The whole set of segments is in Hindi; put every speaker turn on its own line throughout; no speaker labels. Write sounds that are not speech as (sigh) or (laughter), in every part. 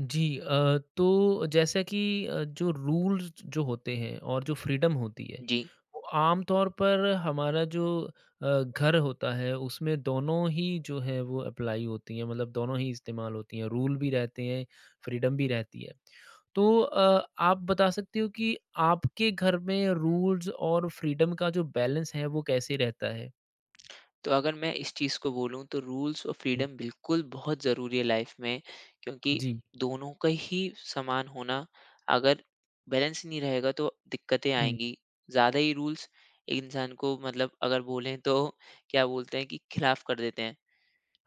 जी। तो जैसा कि जो रूल्स जो होते हैं और जो फ्रीडम होती है,
जी,
वो आम तौर पर हमारा जो घर होता है उसमें दोनों ही जो है वो अप्लाई होती हैं मतलब दोनों ही इस्तेमाल होती हैं, रूल भी रहते हैं, फ्रीडम भी रहती है। तो आप बता सकते हो कि आपके घर में रूल्स और फ्रीडम का जो बैलेंस है वो कैसे रहता है?
तो अगर मैं इस चीज़ को बोलूँ तो रूल्स और
जी,
फ्रीडम बिल्कुल बहुत ज़रूरी है लाइफ में, क्योंकि
जी।
दोनों का ही समान होना, अगर बैलेंस नहीं रहेगा तो दिक्कतें
हुँ,
आएँगी। ज़्यादा ही रूल्स एक इंसान को, मतलब अगर बोलें तो क्या बोलते हैं कि खिलाफ़ कर देते हैं,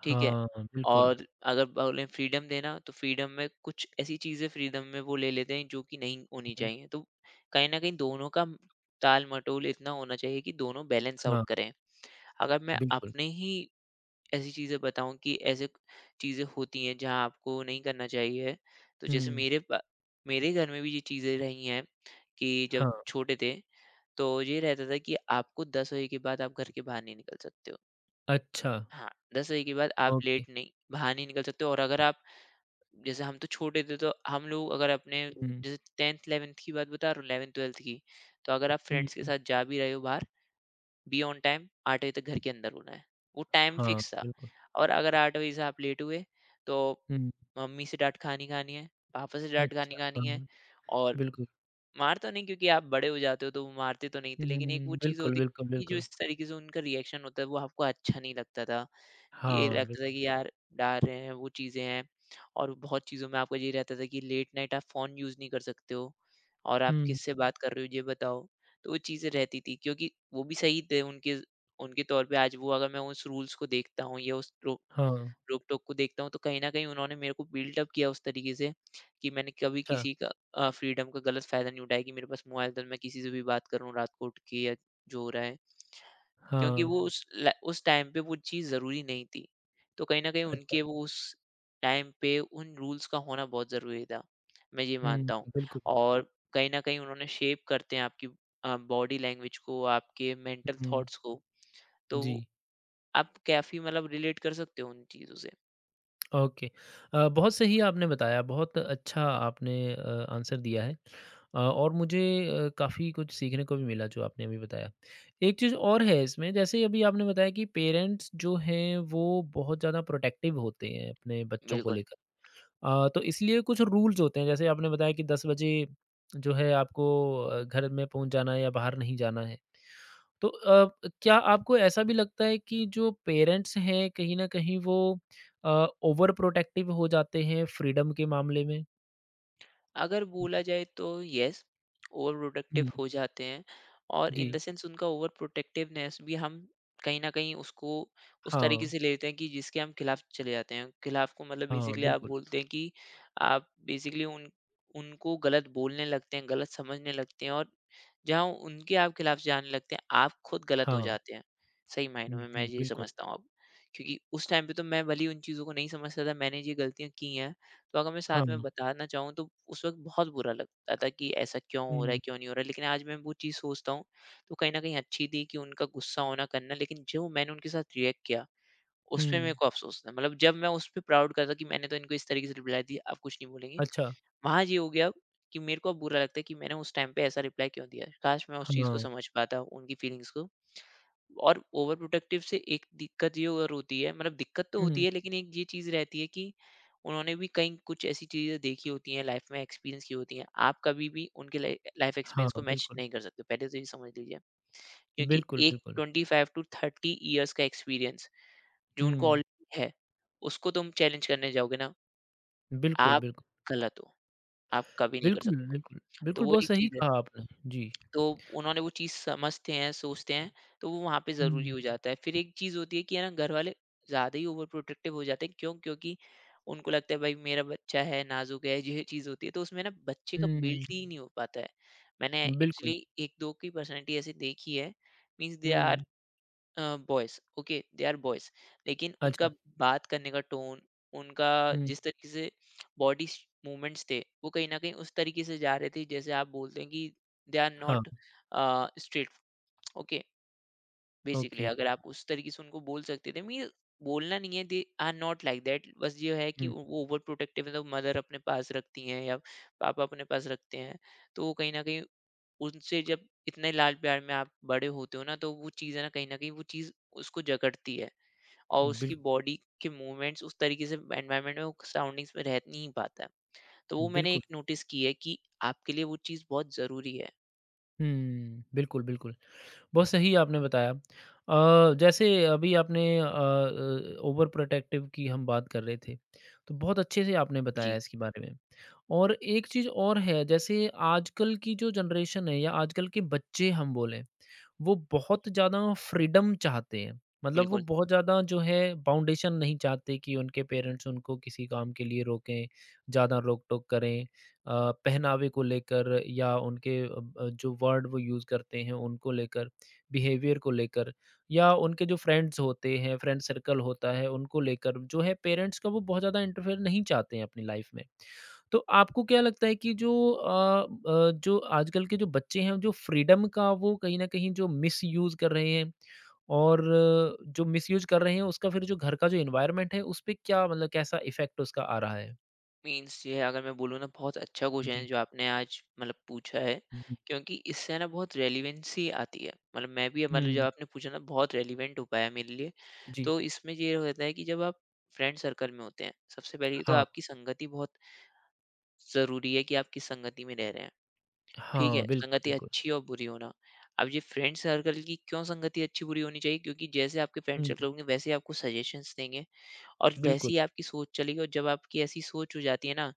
ठीक है?
हाँ, बिल्कुल।
और अगर बोलें फ्रीडम देना, तो फ्रीडम में कुछ ऐसी चीज़ें फ्रीडम में वो ले लेते हैं जो कि नहीं होनी
जी।
चाहिए। तो कहीं न कहीं दोनों का ताल-मटोल इतना होना चाहिए कि दोनों बैलेंस आउट
हाँ,
करें। अगर मैं
बिल्कुल।
अपने ही ऐसी चीज़ें बताऊँ कि ऐसे चीज़ें होती हैं जहाँ आपको नहीं करना चाहिए, तो जैसे
हुँ,
मेरे घर में भी ये चीज़ें रही हैं कि जब
हाँ,
छोटे थे, तो ये रहता था कि आपको 10 बजे के बाद आप घर के बाहर नहीं निकल सकते हो।
अच्छा।
हाँ, 10 बजे के बाद आप
ओके।
लेट नहीं बाहर नहीं निकल सकते हो और अगर आप, जैसे हम तो छोटे थे, तो हम लोग अगर अपने,
हुँ,
जैसे 10th 11th की बात बता रहा हूँ, 11th 12th की, तो अगर आप
हुँ,
फ्रेंड्स के
हुँ।
साथ जा भी रहे हो बाहर, बी ऑन टाइम 8 बजे तक घर के अंदर होना है। वो टाइम
हाँ,
फिक्स था
बिल्कुल।
और अगर 8 बजे से आप लेट हुए तो
हुँ,
मम्मी से डाँट खानी खानी है, पापा से डाँट खानी
अच्छा,
खानी है
हाँ,
और
बिल्कुल।
मार तो नहीं, क्योंकि आप बड़े हो जाते हो तो वो मारते तो नहीं
हुँ,
थे,
हुँ,
लेकिन एक वो
हुँ,
चीज़
बिल्कुल,
होती
बिल्कुल,
है कि जो
बिल्कुल।
इस तरीके से उनका रिएक्शन होता है वो आपको अच्छा नहीं लगता था। ये
हाँ,
लगता था
बिल्कुल।
कि यार डाल रहे हैं वो चीज़ें हैं, और बहुत चीज़ों में आपका ये रहता था कि लेट नाइट आप फ़ोन यूज़ नहीं कर सकते हो और आप
हुँ,
किससे बात कर रहे हो ये बताओ। तो वो चीज़ें रहती थी क्योंकि वो भी सही थे उनके उनके तौर पे। आज वो, अगर मैं उस रूल्स को देखता हूँ या उस
हाँ,
रोक-टोक को देखता हूँ तो कहीं न कहीं उन्होंने मेरे को बिल्ड अप किया उस तरीके से कि मैंने कभी
अच्छा,
किसी का फ्रीडम का गलत फ़ायदा नहीं उठाया कि मेरे पास मोबाइल था तो मैं किसी से भी बात कर रहा हूँ रात को उठ के या जो हो रहा है। क्योंकि
हाँ,
वो उस टाइम पे वो चीज़ ज़रूरी नहीं थी। तो कहीं न कहीं
अच्छा।
उनके वो उस टाइम पे उन रूल्स का होना बहुत ज़रूरी था, मैं ये
हुँ,
मानता हूँ।
बिल्कुल,
और कहीं न कहीं उन्होंने शेप करते हैं आपकी बॉडी लैंग्वेज को, आपके मेंटल
हुँ,
थॉट्स को,
जी,
तो आप काफ़ी, मतलब, रिलेट कर सकते हो उन चीज़ों से।
ओके। बहुत सही आपने बताया, बहुत अच्छा आपने आंसर दिया है और मुझे काफ़ी कुछ सीखने को भी मिला जो आपने अभी बताया। एक चीज़ और है इसमें, जैसे अभी आपने बताया कि पेरेंट्स जो हैं, वो बहुत ज़्यादा प्रोटेक्टिव होते हैं अपने बच्चों को
बिल्कुल।
लेकर। तो इसलिए कुछ रूल्स होते हैं जैसे आपने बताया कि 10 बजे जो है आपको घर में पहुँच जाना है या बाहर नहीं जाना है। तो क्या आपको ऐसा भी लगता है कि जो पेरेंट्स हैं कहीं न कहीं वो ओवर प्रोटेक्टिव हो जाते हैं फ्रीडम के मामले में?
अगर बोला
जी।
जाए तो यस, ओवर प्रोटेक्टिव
हुँ,
हो जाते हैं और इन द
जी।
सेंस उनका ओवर प्रोटेक्टिवनेस भी हम कहीं ना कहीं उसको उस तरीके
हाँ,
से ले लेते हैं कि जिसके हम खिलाफ चले जाते हैं। खिलाफ को, मतलब
हाँ,
बेसिकली आप
बिल्कुल।
बोलते हैं कि आप बेसिकली उन उनको गलत बोलने लगते हैं, गलत समझने लगते हैं और जहाँ उनके आप खिलाफ जाने लगते हैं आप खुद गलत हो
हाँ,
जाते हैं, सही मायनों में मैं
जी,
ये
बिल्कुल।
समझता हूँ अब। क्योंकि उस टाइम पे तो मैं भली उन चीज़ों को नहीं समझता था, मैंने ये गलतियाँ की हैं। तो अगर मैं
हाँ,
साथ में
हुँ,
बताना चाहूँ तो उस वक़्त बहुत बुरा लगता था कि ऐसा क्यों हो रहा है, क्यों नहीं हो रहा है। लेकिन आज मैं वो चीज़ सोचता हूँ तो कहीं न कहीं अच्छी थी कि उनका गुस्सा होना करना, लेकिन जो मैंने उनके साथ रिएक्ट किया,
हुँ।
उसपे मेरे को अफ़सोस था। मतलब जब मैं उसपे प्राउड करता कि मैंने तो इनको इस तरीके से रिप्लाई दी, अब कुछ नहीं बोलेंगे।
अच्छा,
वहाँ ये हो गया कि मेरे को अब बुरा लगता है कि मैंने उस टाइम पे ऐसा रिप्लाई क्यों दिया। काश मैं उस चीज़ को
हाँ,
समझ पाता, उनकी फीलिंग्स को। और ओवर प्रोटेक्टिव से एक दिक्कत ये और होती है, मतलब दिक्कत तो होती
हुँ,
है, लेकिन एक ये चीज़ रहती है कि उन्होंने भी कई कुछ ऐसी चीज़ें देखी होती हैं लाइफ में, एक्सपीरियंस की होती हैं, आप कभी भी उनके लाइफ
हाँ,
एक्सपीरियंस को मैच
बिल्कुल।
नहीं कर सकते, पहले तो ये समझ लीजिए, क्योंकि
बिल्कुल,
एक
बिल्कुल।
25 to 30 years का एक्सपीरियंस जो उनको
हुँ,
ऑलरेडी है, उसको तुम चैलेंज करने जाओगे ना,
बिल्कुल,
आप
बिल्कुल।
गलत हो, आप कभी नहीं कर
बिल्कुल,
सकते
बिल्कुल।
हो। तो
बिल्कुल,
वो
बहुत
एक
सही
चीज़,
कहा आपने। जी।
तो उन्होंने वो चीज़ समझते हैं, सोचते हैं, तो वो वहाँ पे ज़रूरी
हुँ,
हो जाता है। फिर एक चीज़ होती है कि है ना, घर वाले ज़्यादा ही ओवर प्रोटेक्टिव हो जाते हैं। क्यों? क्योंकि उनको लगता है भाई मेरा बच्चा है, नाज़ुक है, ये चीज़ होती है। तो उसमें ना बच्चे का
हुँ,
बिल्ट ही नहीं हो पाता है। मैंने
बिल्कुल।
एक्चुअली 1-2 की पर्सनैलिटी ऐसी देखी है, means they are
hmm,
boys, okay, they are boys, लेकिन उनका
अच्छा।
बात करने का टोन, उनका
हुँ,
जिस तरीके से बॉडी मूवमेंट्स थे, वो कहीं ना कहीं उस तरीके से जा रहे थे जैसे आप बोलते हैं कि दे आर
हाँ,
not straight, okay, basically
okay.
अगर आप उस तरीके से उनको बोल सकते थे। मीन, बोलना नहीं है they are not like that, बस ये है कि
हुँ,
वो ओवर प्रोटेक्टिव, मतलब मदर अपने पास रखती हैं या पापा अपने पास रखते हैं, तो वो कहीं ना कहीं उनसे जब इतने लाड़ प्यार में आप बड़े होते हो ना, तो वो चीज़ है ना, कहीं न कहीं वो चीज़ उसको जकड़ती है और
बिल
उसकी बॉडी के मूवमेंट्स उस तरीके से एनवायरनमेंट में वो सराउंडिंग्स में रह नहीं पाता है। तो वो मैंने
बिल्कुल।
एक नोटिस की है कि आपके लिए वो चीज़ बहुत ज़रूरी है।
हुँ, बिल्कुल, बिल्कुल। बहुत सही आपने बताया। जैसे अभी आपने ओवर प्रोटेक्टिव की हम बात कर रहे थे, तो बहुत अच्छे से आपने बताया
जी,
इसके बारे में। और एक चीज़ और है, जैसे आजकल की जो जनरेशन है या आजकल के बच्चे हम बोलें, वो बहुत ज़्यादा फ्रीडम चाहते हैं। मतलब वो
बिल्कुल।
बहुत ज़्यादा जो है बाउंडेशन नहीं चाहते कि उनके पेरेंट्स उनको किसी काम के लिए रोकें, ज़्यादा रोक-टोक करें। पहनावे को लेकर या उनके अ, ब जो वर्ड वो यूज़ करते हैं, उनको लेकर। बिहेवियर को लेकर या उनके जो फ्रेंड्स होते हैं फ्रेंड सर्कल होता है उनको लेकर जो है पेरेंट्स का वो बहुत ज़्यादा इंटरफेयर नहीं चाहते हैं अपनी लाइफ में। तो आपको क्या लगता है कि जो अ, ब जो आजकल के जो बच्चे हैं जो फ्रीडम का वो कहीं न कहीं जो मिसयूज़ कर रहे हैं और जो मिसयूज़ कर रहे हैं उसका फिर जो घर का जो एनवायरनमेंट है उसपे क्या मतलब कैसा इफ़ेक्ट उसका आ रहा है?
मीन्स ये है, अगर मैं बोलूँ ना, बहुत अच्छा क्वेश्चन है
जी।
जो आपने आज, मतलब, पूछा है,
जी।
क्योंकि इससे ना बहुत रेलिवेंसी आती है। मतलब मैं भी, मतलब जब
हुँ,
आपने पूछा ना बहुत रेलिवेंट हो पाया मेरे लिए।
जी।
तो इसमें ये होता है कि जब आप फ्रेंड सर्कल में होते हैं, सबसे पहले तो
हाँ,
आपकी संगति बहुत ज़रूरी है कि आप किस संगति में रह रहे हैं। ठीक है,
हाँ, बिल्कुल,
संगति
बिल्कुल।
अच्छी और बुरी होना, अब ये फ्रेंड सर्कल की क्यों संगति अच्छी बुरी होनी चाहिए, क्योंकि जैसे आपके फ्रेंड
हुँ,
सर्कल होंगे वैसे ही आपको सजेशंस देंगे और वैसी
बिल्कुल,
ही आपकी सोच चलेगी। और जब आपकी ऐसी सोच हो जाती है ना,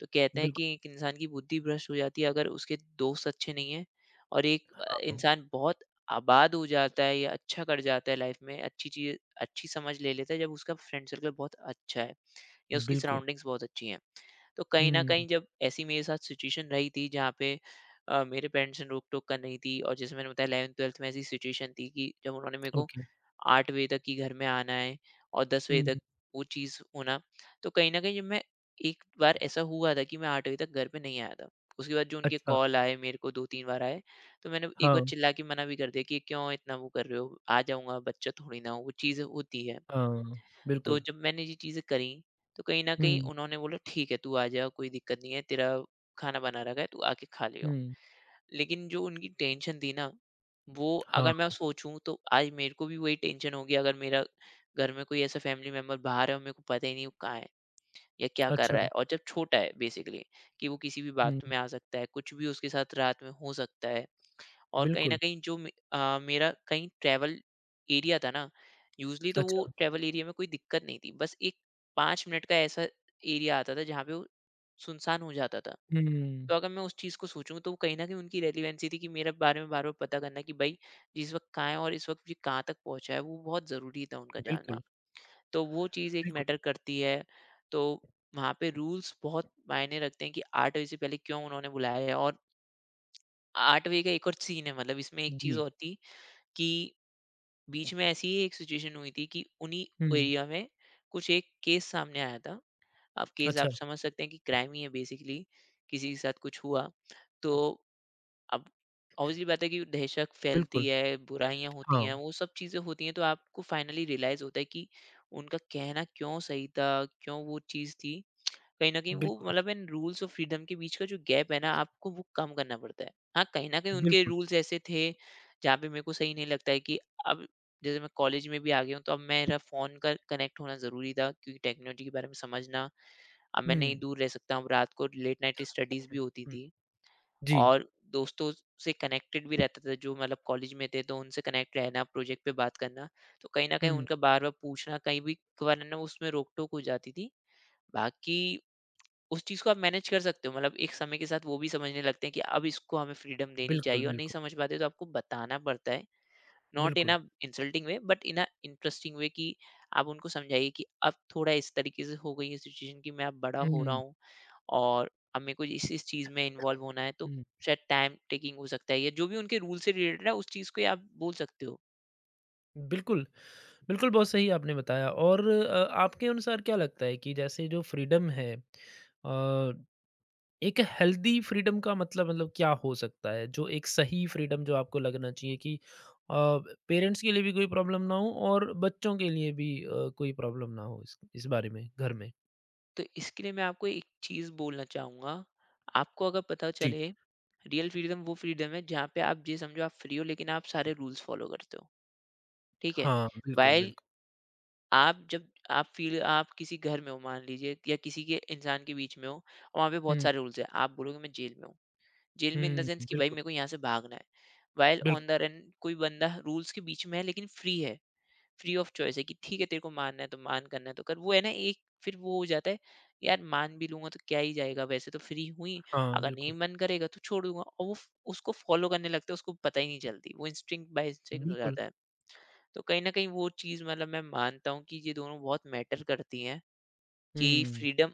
तो कहते हैं
बिल्कुल।
कि एक इंसान की बुद्धि भ्रष्ट हो जाती है अगर उसके दोस्त अच्छे नहीं हैं, और एक
हाँ,
इंसान बहुत आबाद हो जाता है या अच्छा कर जाता है लाइफ में, अच्छी चीज़, अच्छी समझ ले लेता है जब उसका फ्रेंड सर्कल बहुत अच्छा है या उसकी
बिल्कुल।
सराउंडिंग्स बहुत अच्छी हैं। तो कहीं न
हुँ।
कहीं जब ऐसी मेरे साथ सिचुएशन रही थी जहाँ पे मेरे पेरेंट्स ने रोक-टोक कर नहीं थी, और जैसे मैंने बताया 11th-12th में ऐसी सिचुएशन थी कि जब उन्होंने मेरे को
ओके।
8 बजे तक ही घर में आना है और 10 बजे
हुँ,
तक
हुँ।
वो चीज़ होना, तो कहीं न कहीं जब मैं, एक बार ऐसा हुआ था कि मैं 8 बजे तक घर पे नहीं आया था। उसके बाद जो उनके
अच्छा।
कॉल आए मेरे को 2-3 बार आए, तो मैंने एक बार
हाँ,
चिल्ला के मना भी कर दिया कि, "क्यों इतना वो कर रहे हो? आ जाऊँगा, बच्चा थोड़ी ना हूँ।" वो चीज़ें होती है।
हाँ,
तो
बिल्कुल।
जब मैंने ये चीज़ें करी, तो कहीं न कहीं
हुँ,
उन्होंने बोला ठीक है तू आ जा, कोई दिक्कत नहीं है, तेरा खाना बना रखा है, तू आके खा लियो।
हुँ।
लेकिन जो उनकी टेंशन थी ना, वो
हाँ,
अगर मैं सोचूँ तो आज मेरे को भी वही टेंशन होगी, अगर मेरा घर में कोई ऐसा फैमिली मेंबर बाहर है और मेरे को पता ही नहीं वो कहाँ है या क्या कर
अच्छा।
रहा है, और जब छोटा है बेसिकली, कि वो किसी भी बात
हुँ,
में आ सकता है, कुछ भी उसके साथ रात में हो सकता है। और कहीं न
बिल्कुल।
कहीं जो मेरा कहीं ट्रैवल एरिया था ना, यूज़ुअली तो
अच्छा।
वो ट्रैवल एरिया में कोई दिक्कत नहीं थी। बस एक 5 मिनट का ऐसा एरिया आता था जहाँ पे वो सुनसान हो जाता था।
हुँ,
तो अगर मैं उस चीज़ को सोचूँ तो कहीं न कहीं उनकी रेलेवेंसी थी कि मेरे बारे में बार-बार पता करना कि भई जिस वक़्त कहाँ है और इस वक़्त ये कहाँ तक पहुँचा है, वो बहुत ज़रूरी था उनका जानना।
बिल्कुल,
तो वो चीज़ एक
बिल्कुल।
मैटर करती है। तो वहाँ पे रूल्स बहुत मायने रखते हैं कि 8 बजे से पहले क्यों उन्होंने बुलाया है। और 8 बजे का एक और सीन है, मतलब इसमें एक चीज़
जी।
और थी कि बीच में ऐसी ही एक सिचुएशन हुई थी कि उन्हीं
हुँ,
एरिया में कुछ एक केस सामने आया था। अब केस
अच्छा,
आप समझ सकते हैं कि क्राइम ही है बेसिकली, किसी के साथ कुछ हुआ। तो अब ऑब्वियसली बात है कि दहशत फैलती
बिल्कुल।
है, बुराइयाँ होती
हाँ,
हैं, वो सब चीज़ें होती हैं, तो आपको फाइनली रियलाइज़ होता है कि उनका कहना क्यों सही था, क्यों वो चीज़ थी, कहीं न कहीं वो,
बिल्कुल,
मतलब इन रूल्स और फ्रीडम के बीच का जो गैप है ना, आपको वो कम करना पड़ता है। हाँ, कहीं न कहीं उनके
बिल्कुल।
रूल्स ऐसे थे, जहाँ पे मेरे को सही नहीं लगता है कि अब जैसे मैं कॉलेज में भी आ गया हूँ, तो अब मेरा फ़ोन का कनेक्ट होना ज़रूरी था, क्योंकि टेक्नोलॉजी के बारे में समझना, अब मैं नहीं
हुँ,
दूर रह सकता हूँ। रात को लेट नाइट स्टडीज़ भी होती
हुँ।
थी
जी।
और दोस्तों से कनेक्टेड भी रहता था, जो मतलब कॉलेज में थे, तो उनसे कनेक्ट रहना, प्रोजेक्ट पे बात करना। तो कहीं न कहीं
हुँ,
उनका बार-बार पूछना, कहीं भी वरना उसमें रोक-टोक हो जाती थी। बाकी उस चीज़ को आप मैनेज कर सकते हो। मतलब एक समय के साथ वो भी समझने लगते हैं कि अब इसको हमें फ्रीडम देनी
बिल्कुल,
चाहिए, और नहीं
बिल्कुल,
समझ पाते तो आपको बताना पड़ता है। नॉट इन
बिल्कुल।
A insulting way, but in a interesting way, कि आप उनको समझाइए कि अब थोड़ा इस तरीके से हो गई है सिचुएशन कि मैं अब बड़ा हो रहा
हुँ,
हूँ और अब मेरे को इस चीज़ में इन्वॉल्व होना है, तो
हुँ,
शायद टाइम टेकिंग हो सकता है, या जो भी उनके रूल से रिलेटेड है उस चीज़ को ही आप बोल सकते हो।
बिल्कुल, बिल्कुल बहुत सही आपने बताया और आपके अनुसार क्या लगता है कि जैसे जो फ्रीडम है अ एक हेल्दी फ्रीडम का मतलब क्या हो सकता है? जो एक सही फ्रीडम जो आपको लगना चाहिए कि अ, पेरेंट्स के लिए भी कोई प्रॉब्लम ना हो और बच्चों के लिए भी कोई प्रॉब्लम ना हो इस बारे में घर में?
तो इसके लिए मैं आपको एक चीज़ बोलना चाहूँगा, आपको अगर पता
जी।
चले, रियल फ्रीडम वो फ्रीडम है जहाँ पे आप ये समझो आप फ्री हो, लेकिन आप सारे रूल्स फ़ॉलो करते हो, ठीक है?
हाँ, बिल्कुल, बिल्कुल।
व्हाइल आप फील आप किसी घर में हो, मान लीजिए, या किसी के, इंसान के बीच में हो और वहाँ पे बहुत
हुँ,
सारे रूल्स हैं, आप बोलोगे मैं जेल में हूँ। जेल में इन द
हुँ,
सेंस कि भाई
बिल्कुल,
मेरे को यहाँ से भागना है। व्हाइल
बिल्कुल।
ऑन द रन कोई बंदा रूल्स के बीच में है लेकिन फ्री है। फ्री ऑफ चॉइस है कि ठीक है, तेरे को मानना है तो मान, करना है तो कर। वो है ना, एक फिर वो हो जाता है, यार मान भी लूंगा तो क्या ही जाएगा, वैसे तो फ्री हुई।
हाँ,
अगर नहीं
बिल्कुल,
मन करेगा तो छोड़ दूंगा, और उसको फॉलो करने लगता है, उसको पता ही नहीं चलती, वो इंस्टिंक्ट बाय इंस्टिंक्ट हो
बिल्कुल।
जाता है। तो कहीं ना कहीं वो चीज़, मतलब मैं मानता हूँ कि ये दोनों बहुत मैटर करती हैं कि
हुँ,
फ्रीडम,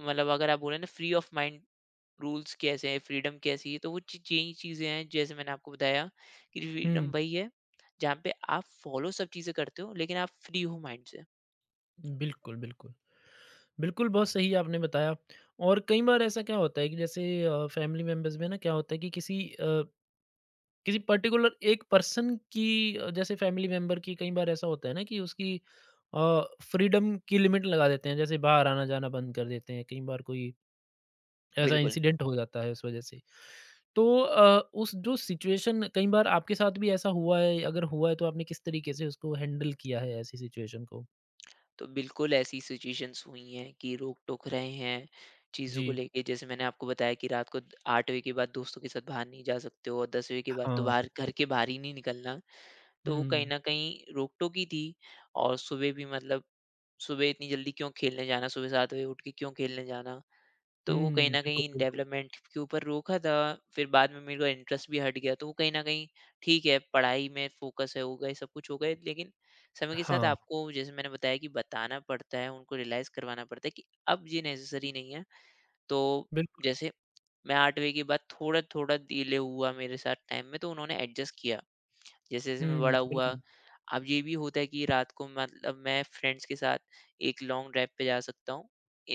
मतलब अगर आप बोले ना, फ्री ऑफ माइंड, रूल्स कैसे हैं, फ्रीडम कैसी है, तो यही चीज़ें हैं, जैसे मैंने आपको बताया कि फ्रीडम
हुँ,
वही है जहाँ पे आप फॉलो सब चीज़ें करते हो, लेकिन आप फ्री हो माइंड से।
बिल्कुल, बिल्कुल। बिल्कुल, बहुत सही आपने बताया और कई बार ऐसा क्या होता है कि जैसे फैमिली मेंबर्स में ना क्या होता है कि किसी पर्टिकुलर एक पर्सन की जैसे फैमिली मेंबर की कई बार ऐसा होता है ना कि उसकी फ्रीडम की लिमिट लगा देते हैं जैसे बाहर आना जाना बंद कर देते हैं कई बार कोई ऐसा
बिल्कुल।
इंसिडेंट हो जाता है उस वजह से तो उस जो सिचुएशन कई बार आपके साथ भी ऐसा हुआ है अगर हुआ है तो आपने किस तरीके से उसको हैंडल किया है ऐसी सिचुएशन को?
तो बिल्कुल ऐसी सिचुएशंस हुई हैं कि रोक-टोक रहे हैं, चीज़ों
जी।
को लेके, जैसे मैंने आपको बताया कि रात को 8 बजे के बाद दोस्तों के साथ बाहर नहीं जा सकते हो, और 10 बजे के बाद तो
हाँ।
बाहर, घर के बाहर ही नहीं निकलना। तो वो कहीं
हम्म,
न कहीं रोक-टोक ही थी। और सुबह भी, मतलब सुबह इतनी जल्दी क्यों खेलने जाना, सुबह 7 बजे उठ के क्यों खेलने जाना? तो वो कहीं
हम्म।
न
बिल्कुल,
कहीं
बिल्कुल।
डेवलपमेंट के ऊपर रोका था। फिर बाद में मेरे को इंटरेस्ट भी हट गया, तो वो कहीं न कहीं ठीक है, पढ़ाई में फ़ोकस हो गए, सब कुछ हो गए, लेकिन समय के साथ
हाँ।
आपको, जैसे मैंने बताया, कि बताना पड़ता है, उनको रियलाइज़ करवाना पड़ता है कि अब ये नेसेसरी नहीं है। तो
बिल्कुल।
जैसे मैं 8वीं के बाद थोड़ा-थोड़ा डिले हुआ मेरे साथ टाइम में, तो उन्होंने एडजस्ट किया। जैसे जैसे मैं
हम्म।
बड़ा हुआ,
बिल्कुल।
अब ये भी होता है कि रात को, मतलब मैं फ्रेंड्स के साथ एक लॉन्ग ड्राइव पे जा सकता हूँ,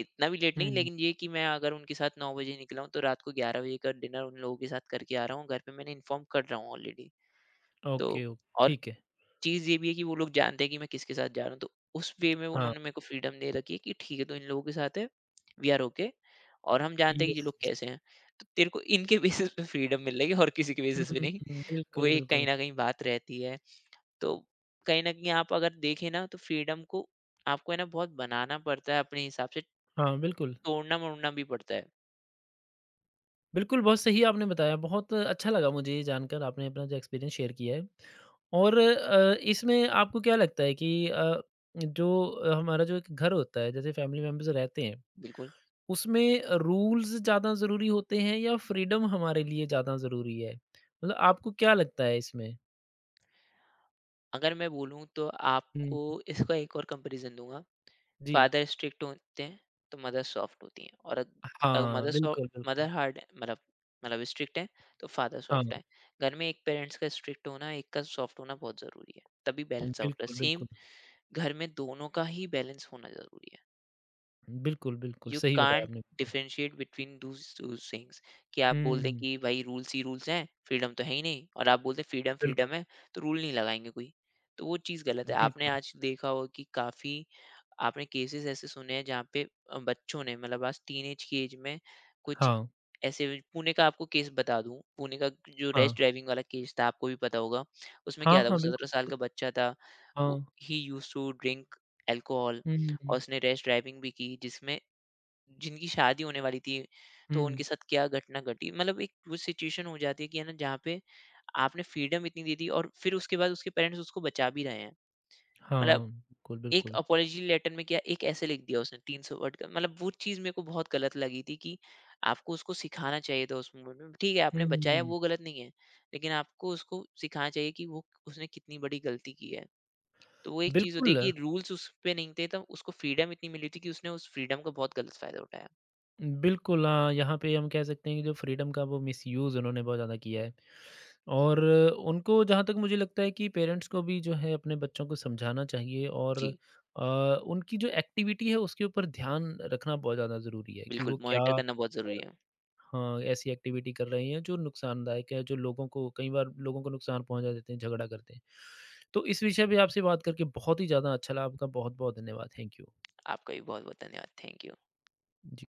इतना भी लेट नहीं,
हम्म।
लेकिन ये कि मैं अगर उनके साथ 9 बजे निकला हूँ तो रात को 11 बजे का डिनर उन लोगों के साथ करके आ रहा हूँ, घर पे मैंने इन्फॉर्म कर रहा हूँ ऑलरेडी।
ओके,
तो
ओके।
और
ठीक है।
चीज़ ये भी है कि वो लोग जानते हैं कि मैं किसके साथ जा रहा हूँ, तो उस वे में
हाँ।
उन्होंने मेरे को फ्रीडम दे रखी है कि ठीक है, तो इन लोगों के साथ है, वी आर ओके। और हम जानते हैं कि ये
यस।
लोग कैसे हैं, तो तेरे को इनके (laughs) बेसिस पे फ्रीडम मिल रही है, और किसी के
हुँ,
बेसिस पे
हुँ,
नहीं।
हुँ।
वो
बिल्कुल,
एक कहीं
बिल्कुल।
ना कहीं बात रहती है। तो कहीं न कहीं आप अगर देखें ना, तो फ्रीडम को आपको, है ना, बहुत बनाना पड़ता है अपने हिसाब से,
हाँ, बिल्कुल।
तोड़ना-मोड़ना भी पड़ता है।
बिल्कुल, बहुत सही आपने बताया, बहुत अच्छा लगा मुझे ये जानकर आपने अपना जो एक्सपीरियंस शेयर किया है। और इसमें आपको क्या लगता है कि जो हमारा जो एक घर होता है, जैसे फैमिली मेंबर्स रहते हैं,
बिल्कुल,
उसमें रूल्स ज़्यादा ज़रूरी होते हैं या फ्रीडम हमारे लिए ज़्यादा ज़रूरी है? मतलब आपको क्या लगता है इसमें?
अगर मैं बोलूँ तो
हुँ,
आपको इसका एक और कंपैरिज़न दूँगा।
जी।
फ़ादर स्ट्रिक्ट होते हैं, तो मदर सॉफ्ट होती हैं, और अग अगर
हाँ, बिल्कुल, बिल्कुल।
मदर हार्ड है, मतलब स्ट्रिक्ट हैं, तो फ़ादर
हाँ,
सॉफ्ट हैं। घर में एक पेरेंट्स का स्ट्रिक्ट होना, एक का सॉफ्ट होना बहुत ज़रूरी है, तभी बैलेंस आउट है।
बिल्कुल,
सेम
बिल्कुल।
घर में दोनों का ही बैलेंस होना ज़रूरी है।
बिल्कुल, बिल्कुल,
यू
सही बताया
कांट
आपने, बिल्कुल।
Differentiate between those two things, कि आप बोल दें
हुँ,
कि भाई रूल्स ही रूल्स हैं, फ्रीडम तो है ही नहीं, और आप बोल दें फ्रीडम
बिल्कुल,
फ्रीडम है, तो रूल नहीं लगाएंगे कोई। तो वो चीज़ गलत है। आपने
बिल्कुल।
आज देखा होगा कि काफ़ी आपने केसेस ऐसे सुने हैं, जहाँ पे बच्चों ने, मतलब आज टीनेज की एज में, कुछ
हाँ,
ऐसे, पुणे का आपको केस बता दूं, पुणे का जो
हाँ।
रैश ड्राइविंग वाला केस था, आपको भी पता होगा। उसमें
हाँ,
क्या था, वो
हाँ,
सत्रह
बिल्कुल,
साल
बिल्कुल।
का बच्चा था, वो
हाँ।
ही used to drink alcohol,
hmm, hmm,
और
हुँ।
उसने रैश ड्राइविंग भी की, जिसमें जिनकी शादी होने वाली थी, तो
हुँ।
उनके साथ क्या घटना घटी। मतलब एक वो सिचुएशन हो जाती है कि, है ना, जहाँ पे आपने फ्रीडम इतनी दे दी और फिर उसके बाद उसके पेरेंट्स उसको बचा भी रहे हैं। मतलब
हाँ, बिल्कुल,
एक
बिल्कुल।
अपॉलजी लेटर में क्या एक ऐसे लिख दिया उसने, 300 वर्ड का। मतलब वो चीज़ मेरे को बहुत गलत लगी थी कि आपको उसको सिखाना चाहिए था उस मोमेंट में। ठीक है,
हुँ,
आपने
हुँ,
बचाया
हुँ।
वो गलत नहीं है, लेकिन आपको उसको सिखाना चाहिए कि वो उसने कितनी बड़ी गलती की है। तो वो एक चीज़ होती है
बिल्कुल,
कि रूल्स उस पे नहीं थे, तो उसको फ्रीडम इतनी मिली थी कि उसने उस फ्रीडम का बहुत गलत फ़ायदा उठाया।
बिल्कुल हाँ, यहाँ पे हम कह सकते हैं कि जो फ्रीडम का वो मिसयूज़ उन्होंने बहुत ज़्यादा किया है। और उनको जहाँ तक मुझे लगता है कि पेरेंट्स को भी जो है अपने बच्चों को समझाना चाहिए और
जी।
अ, उनकी जो एक्टिविटी है उसके ऊपर ध्यान रखना बहुत ज़्यादा ज़रूरी है कि
बिल्कुल
वो क्या,
मॉनिटर करना बहुत ज़रूरी है।
हाँ, ऐसी एक्टिविटी कर रही हैं जो नुकसानदायक है, जो लोगों को कई बार लोगों को नुकसान पहुँचा देते हैं, झगड़ा करते हैं। तो इस विषय पे आपसे बात करके बहुत ही ज़्यादा अच्छा लगा। आपका बहुत-बहुत धन्यवाद। Thank you.
आपका भी बहुत-बहुत धन्यवाद। Thank you.
जी।